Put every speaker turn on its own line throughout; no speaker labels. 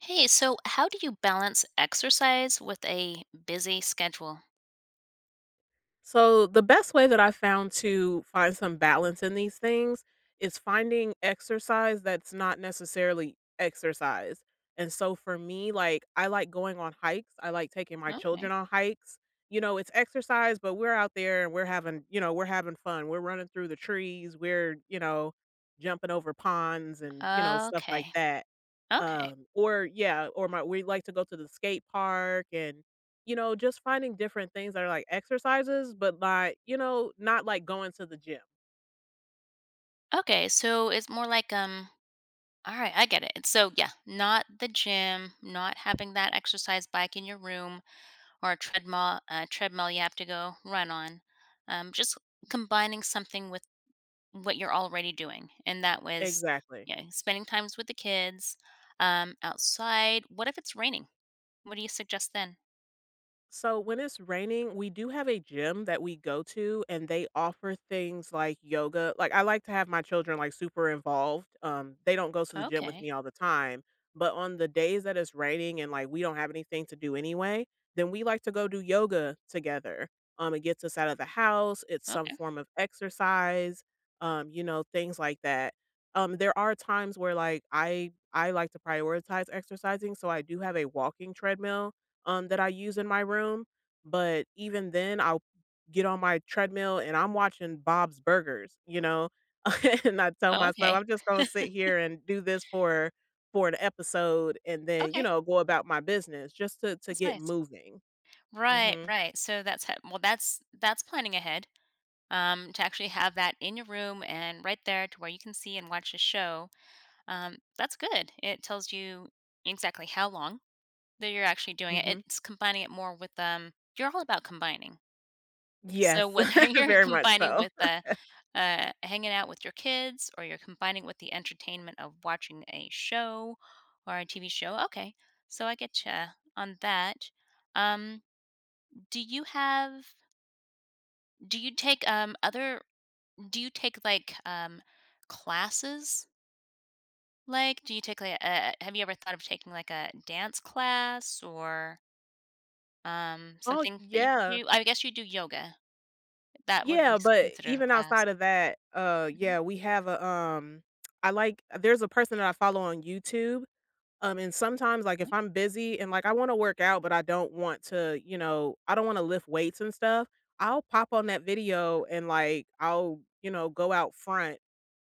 Hey, so how do you balance exercise with a busy schedule?
So, the best way that I found to find some balance in these things is finding exercise that's not necessarily exercise. And so for me, like I like going on hikes. I like taking my children
Okay.
on hikes. You know, it's exercise, but we're out there and we're having, we're having fun. We're running through the trees, we're, jumping over ponds and, stuff like
Okay.
that.
Okay.
Or yeah, or my we like to go to the skate park and you know, just finding different things that are like exercises, but, like, you know, not like going to the gym.
Okay. So it's more like all right, I get it. So yeah, not the gym, not having that exercise bike in your room or a treadmill treadmill you have to go run on. Just combining something with what you're already doing. And that was,
Exactly.
you know, spending times with the kids, outside. What if it's raining? What do you suggest then?
So when it's raining, we do have a gym that we go to and they offer things like yoga. Like I like to have my children like super involved. They don't go to the gym with
Okay.
me all the time, but on the days that it's raining and like we don't have anything to do anyway, then we like to go do yoga together. It gets us out of the house, it's some form of exercise, you know, things like that. There are times where like I like to prioritize exercising, so I do have a walking treadmill that I use in my room. But even then, I'll get on my treadmill and I'm watching Bob's Burgers, you know, and I tell
Oh,
myself
okay.
I'm just gonna sit here and do this for an episode, and then you
Okay,
know go about my business just to
that's
get
nice.
moving.
Right,
Mhm.
right. So that's well, that's planning ahead. To actually have that in your room and right there to where you can see and watch the show. That's good. It tells you exactly how long that you're actually doing it.
Mhm.
It's combining it more with. You're all about combining. So
Yes,
whether you're
very much
combining
so.
with, hanging out with your kids, or you're combining with the entertainment of watching a show or a TV show, okay, so I get you on that. Um, do you have do you take, other do you take, like, classes? Like, do you take, like, a have you ever thought of taking, like, a dance class or,
Oh
something that you could
yeah.
do? I guess you do yoga. That would be
Yeah,
s
but
considered a
even
class.
outside of that,
Mhm,
yeah, we have a I like there's a person that I follow on YouTube. And sometimes, like, if
right,
I'm busy and, like, I wanna work out, but I don't want to, you know, I don't wanna lift weights and stuff, I'll pop on that video and, like, I'll, you know, go out front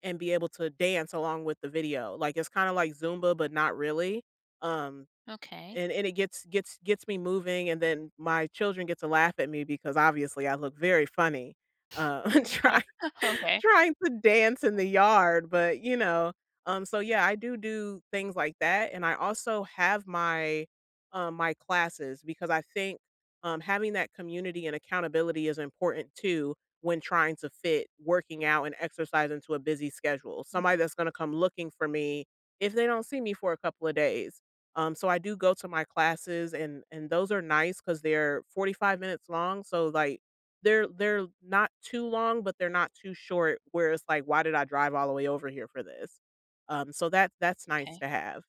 and be able to dance along with the video. Like, it's kinda like Zumba, but not really. Um
okay.
and it gets me moving, and then my children get to laugh at me because obviously I look very funny,
Oh,
trying
okay.
trying to dance in the yard, but, you know, so yeah, I do do things like that, and I also have my, my classes because I think, having that community and accountability is important too when trying to fit working out and exercise into a busy schedule. Somebody that's gonna come looking for me if they don't see me for a couple of days. So I do go to my classes and those are nice because 'cause they're 45 minutes long, so, like, they're not too long, but they're not too short where it's like, "Why did I drive all the way over here for this?" So that's nice
Okay.
to have.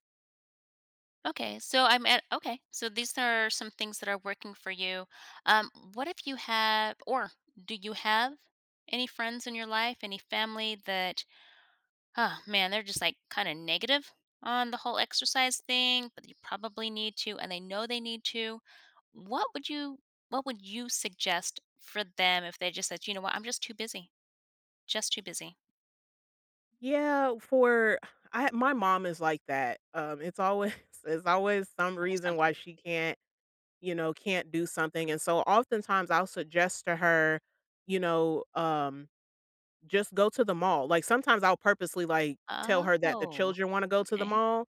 Okay. So I'm at okay. So these are some things that are working for you. What if you have or do you have any friends in your life, any family that oh man, they're just like kind of negative on the whole exercise thing, but you probably need to and they know they need to. What would you what would you suggest for them if they just said, you know what, I'm just too busy. Just too busy.
Yeah, for I my mom is like that. It's always it's always some
I
reason
something.
why she can't, you know, can't do something, and so oftentimes I'll suggest to her, you know, just go to the mall. Like, sometimes I'll purposely, like, tell her that the
Oh,
children wanna go to the
okay.
mall,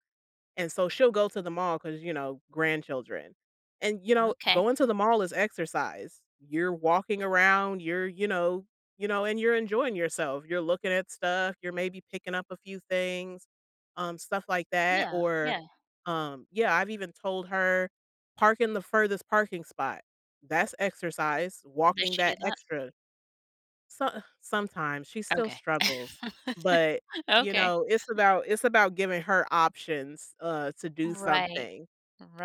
and so she'll go to the mall because you know, grandchildren. And, you know,
Okay.
going to the mall is exercise. You're walking around, you're, you know, and you're enjoying yourself. You're looking at stuff, you're maybe picking up a few things, stuff like that,
Yeah.
or,
Yeah.
yeah, I've even told her, "Park in the furthest parking spot." That's exercise,
Does
walking
she do
that
that?
extra. So sometimes she still
Okay.
struggles, but, you
Okay.
know, it's about giving her options, to do
Right,
something.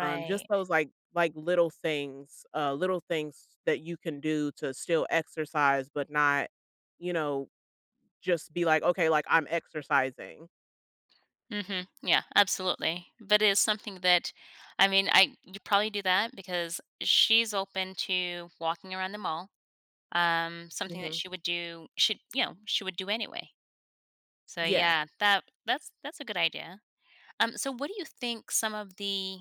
Just those, little things that you can do to still exercise, but not, you know, just be like, "Okay, like, I'm exercising."
Mhm. Yeah, absolutely. But it's something that I mean, I you probably do that because she's open to walking around the mall, something that
Mhm.
she would do she you know, she would do anyway. So,
Yeah.
yeah, that's a good idea. So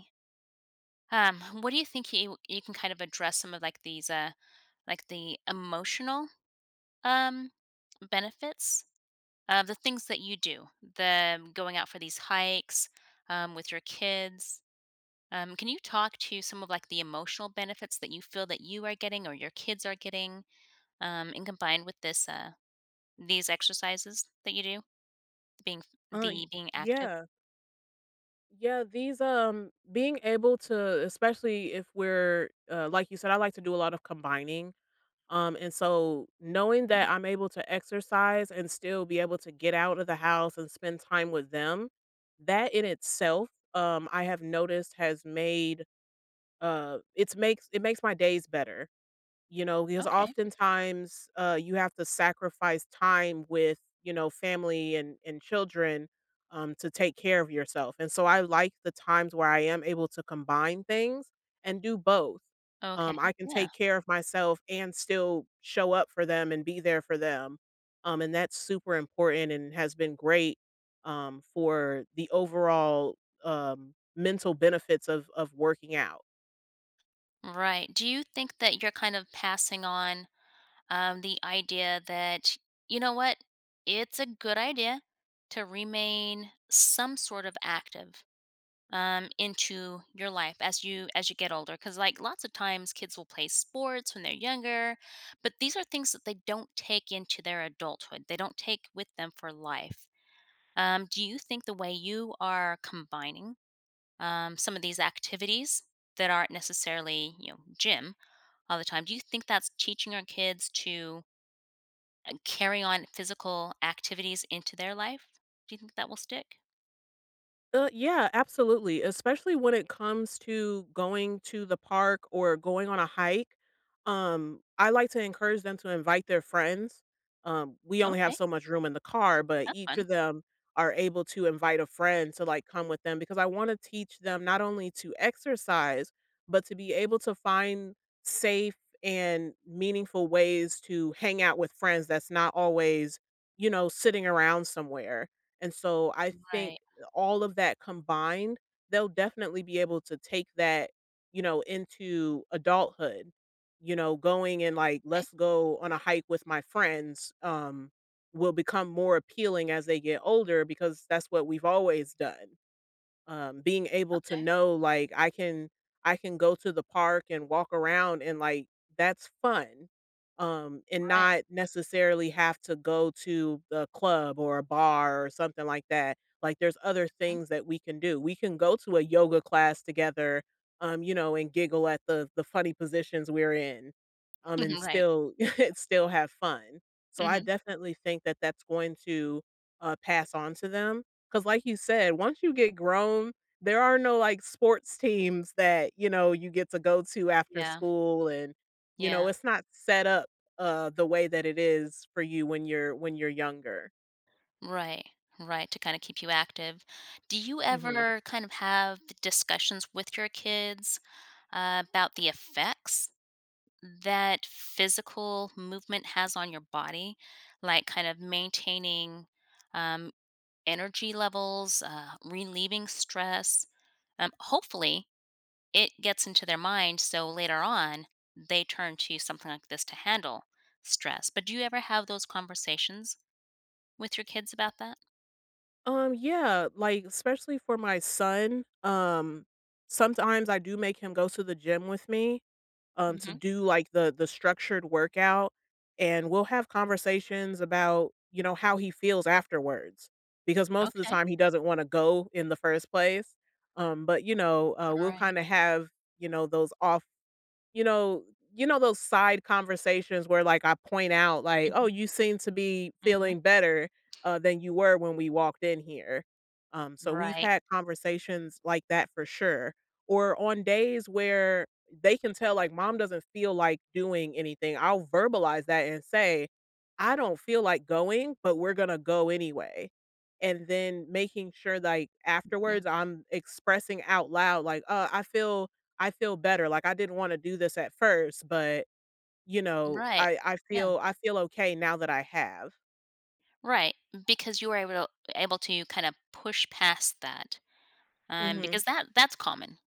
what do you think you can kind of address some of, like, these, like, the emotional, um, benefits of the things that you do, the going out for these hikes with your kids. Can you talk to some of like the emotional benefits that you feel that you are getting or your kids are getting, and combined with this these exercises that you do, being
Y
the being active?
Yeah. Yeah, these, being able to especially if we're, like you said, I like to do a lot of combining. And so knowing
Mm,
that I'm able to exercise and still be able to get out of the house and spend time with them, that in itself, I have noticed has made it makes my days better. You know, because
okay,
oftentimes, you have to sacrifice time with, you know, family and children, to take care of yourself, and so I like the times where I am able to combine things and do both.
okay,
I can
yeah,
take care of myself and still show up for them and be there for them, and that's super important and has been great, for the overall, mental benefits of working out.
right. Do you think that you're kind of passing on the idea that you know what, it's a good idea to remain some sort of active into your life as you get older, because like lots of times kids will play sports when they're younger, but these are things that they don't take into their adulthood, they don't take with them for life, do you think the way you are combining some of these activities that aren't necessarily you know gym all the time, do you think that's teaching our kids to carry on physical activities into their life, do you think that will stick?
Yeah, absolutely. Especially when it comes to going to the park or going on a hike. I like to encourage them to invite their friends. We only have
Okay,
so much room in the car, but
that's
each
fun.
of them are able to invite a friend to like come with them because I want to teach them not only to exercise, but to be able to find safe and meaningful ways to hang out with friends that's not always, you know, sitting around somewhere. And so I think
Right.
all of that combined, they'll definitely be able to take that, you know, into adulthood. You know, going and like,
Okay.
let's go on a hike with my friends will become more appealing as they get older because that's what we've always done. Being able to
Okay.
know, like, I can go to the park and walk around and, like, that's fun, and
Right.
not necessarily have to go to the club or a bar or something like that. Like, there's other things that we can do. We can go to a yoga class together, you know, and giggle at the funny positions we're in, and
Mhm, right.
still still have fun. So I
Mhm.
definitely think that that's going to, pass on to them. 'Cause like you said, once you get grown, there are no, like, sports teams that, you know, you get to go to after
Yeah,
school and, you know,
yeah.
it's not set up, the way that it is for you when you're younger.
Right, right, to kinda keep you active. Do you
Mhm.
ever kind of have d discussions with your kids about the effects that physical movement has on your body? Like, kind of maintaining, um, energy levels, relieving stress? Hopefully, it gets into their mind so later on, they turn to something like this to handle stress. But do you ever have those conversations? With your kids about that?
Yeah, like, especially for my son, sometimes I do make him go to the gym with me, to
Mhm.
do like the structured workout, and we'll have conversations about you know how he feels afterwards because most of the
Okay.
time he doesn't want to go in the first place. But you know, we'll
Alright.
kind of have you know those off you know you know those side conversations where, like, I point out, like, "Oh,
Mhm.
you seem to be
Mhm.
feeling better, than you were when we walked in here." So we've
Right.
had conversations like that for sure. Or on days where they can tell, like, mom doesn't feel like doing anything, I'll verbalize that and say, "I don't feel like going, but we're gonna go anyway." And then making sure, like,
Mm.
afterwards, I'm expressing out loud, like, I feel better, like, I didn't wanna do this at first, but, you know,
Right. Yeah.
I feel okay now that I have.
Right, because you were able to kind of push past that, because
Mhm.
that's common,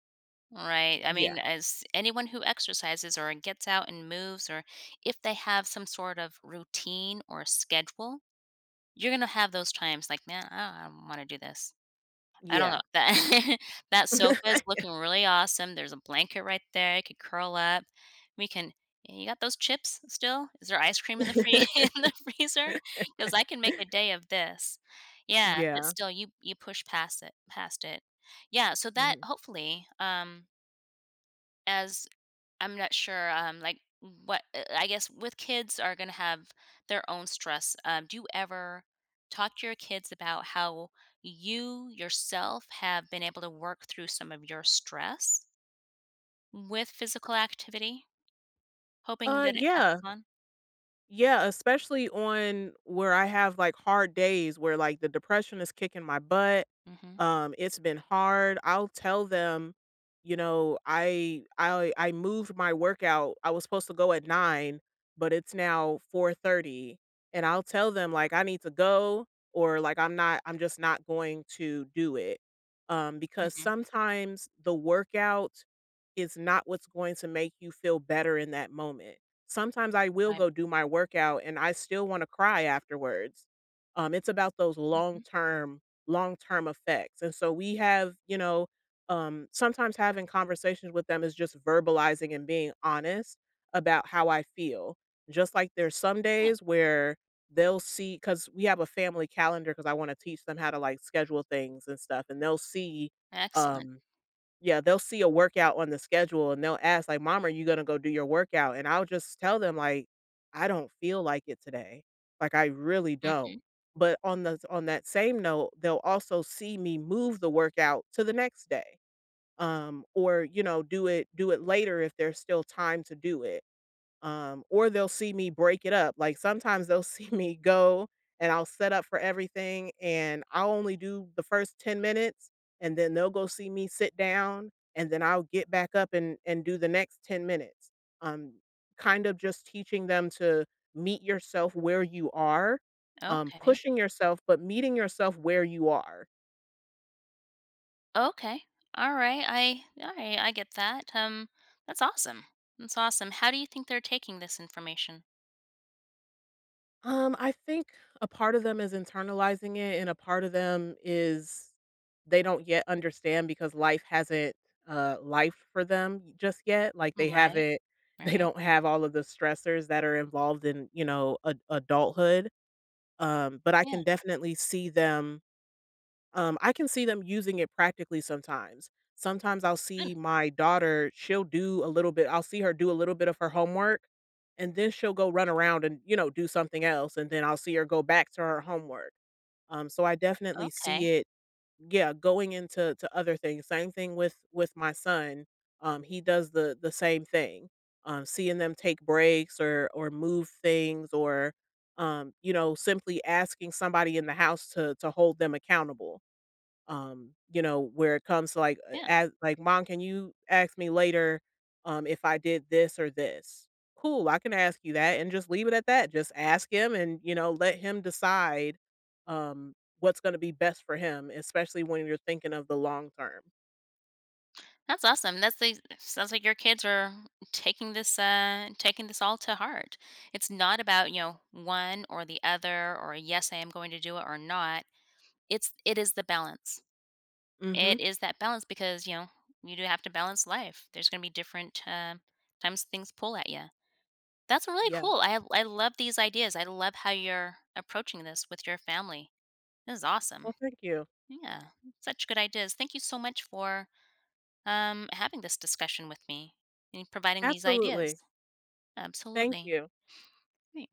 right? I
Yeah,
mean, as anyone who exercises or gets out and moves, or if they have some sort of routine or schedule, you're gonna have those times like, "Man, I don't wanna do this. I don't
yeah.
know. That that sofa is looking really awesome. There's a blanket right there. You could curl up. We can" "You got those chips still? Is there ice cream in the free in the freezer? Because I can make a day of this." Yeah, but
Yeah.
still, you push past it. Yeah, so that
Mhm.
hopefully, as I'm not sure, like, what I guess with kids are gonna have their own stress. Do you ever talk to your kids about how you yourself have been able to work through some of your stress with physical activity, hoping that it
Yeah.
passes on?
Yeah, especially on where I have like hard days where like the depression is kicking my butt.
Mm.
It's been hard. I'll tell them, you know, I moved my workout. I was supposed to go at 9, but it's now 4:30. And I'll tell them like I need to go or like I'm just not going to do it.
Mhm, mm
Because
mhm,
sometimes the workout is not what's going to make you feel better in that moment. Sometimes I will
right,
go do my workout and I still wanna cry afterwards. It's about those
mm mhm,
long-term effects, and so we have, you know, sometimes having conversations with them is just verbalizing and being honest about how I feel. Just like there's some
yeah,
days where they'll see because we have a family calendar because I wanna teach them how to, like, schedule things and stuff, and they'll see,
excellent,
um yeah, they'll see a workout on the schedule and they'll ask like, "Mom, are you gonna go do your workout?" And I'll just tell them like, "I don't feel like it today. Like I really
mm
don't."
mhm,
But on the on that same note, they'll also see me move the workout to the next day. Or you know, do it later if there's still time to do it or they'll see me break it up. Like sometimes they'll see me go and I'll set up for everything and I'll only do the first 10 minutes and then they'll go see me sit down and then I'll get back up and do the next 10 minutes. Um, Kind of just teaching them to meet yourself where you are,
okay,
pushing yourself, but meeting yourself where you are.
okay, alright, I get that, that's awesome, that's awesome. How do you think they're taking this information?
I think a part of them is internalizing it, and a part of them is they don't yet understand because life hasn't life for them just yet. Like they
Right,
haven't they
right,
don't have all of the stressors that are involved in, you know, adulthood. But I
yeah.
can definitely see them I can see them using it practically sometimes. Sometimes I'll
Good.
see my daughter, she'll do a little bit I'll see her do a little bit of her homework, and then she'll go run around and, you know, do something else, and then I'll see her go back to her homework. So I definitely see
Okay.
it, yeah, going into to other things. Same thing with my son. He does the same thing. Seeing them take breaks or move things or you know, simply asking somebody in the house to hold them accountable you know, where it comes to like
Yeah.
as like, "Mom, can you ask me later, if I did this or this?" "Cool, I can ask you that," and just leave it at that. Just ask him and, you know, let him decide, um, what's gonna be best for him, especially when you're thinking of the long term.
That's awesome. That's the Sounds like your kids are taking this all to heart. It's not about, you know, one or the other, or yes, I am going to do it or not. It is the balance.
Mhm.
It is that balance because, you know, you do have to balance life. There's going to be different times things pull at you. That's really
Yeah.
cool. I love these ideas. I love how you're approaching this with your family. This is awesome.
Well, thank you.
Yeah. Such good ideas. Thank you so much for having this discussion with me and providing these ideas.
Absolutely. Thank
Absolutely.
you.
Right.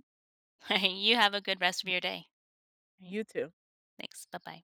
You have a good rest of your day. Right.
You too.
Thanks. Bye bye.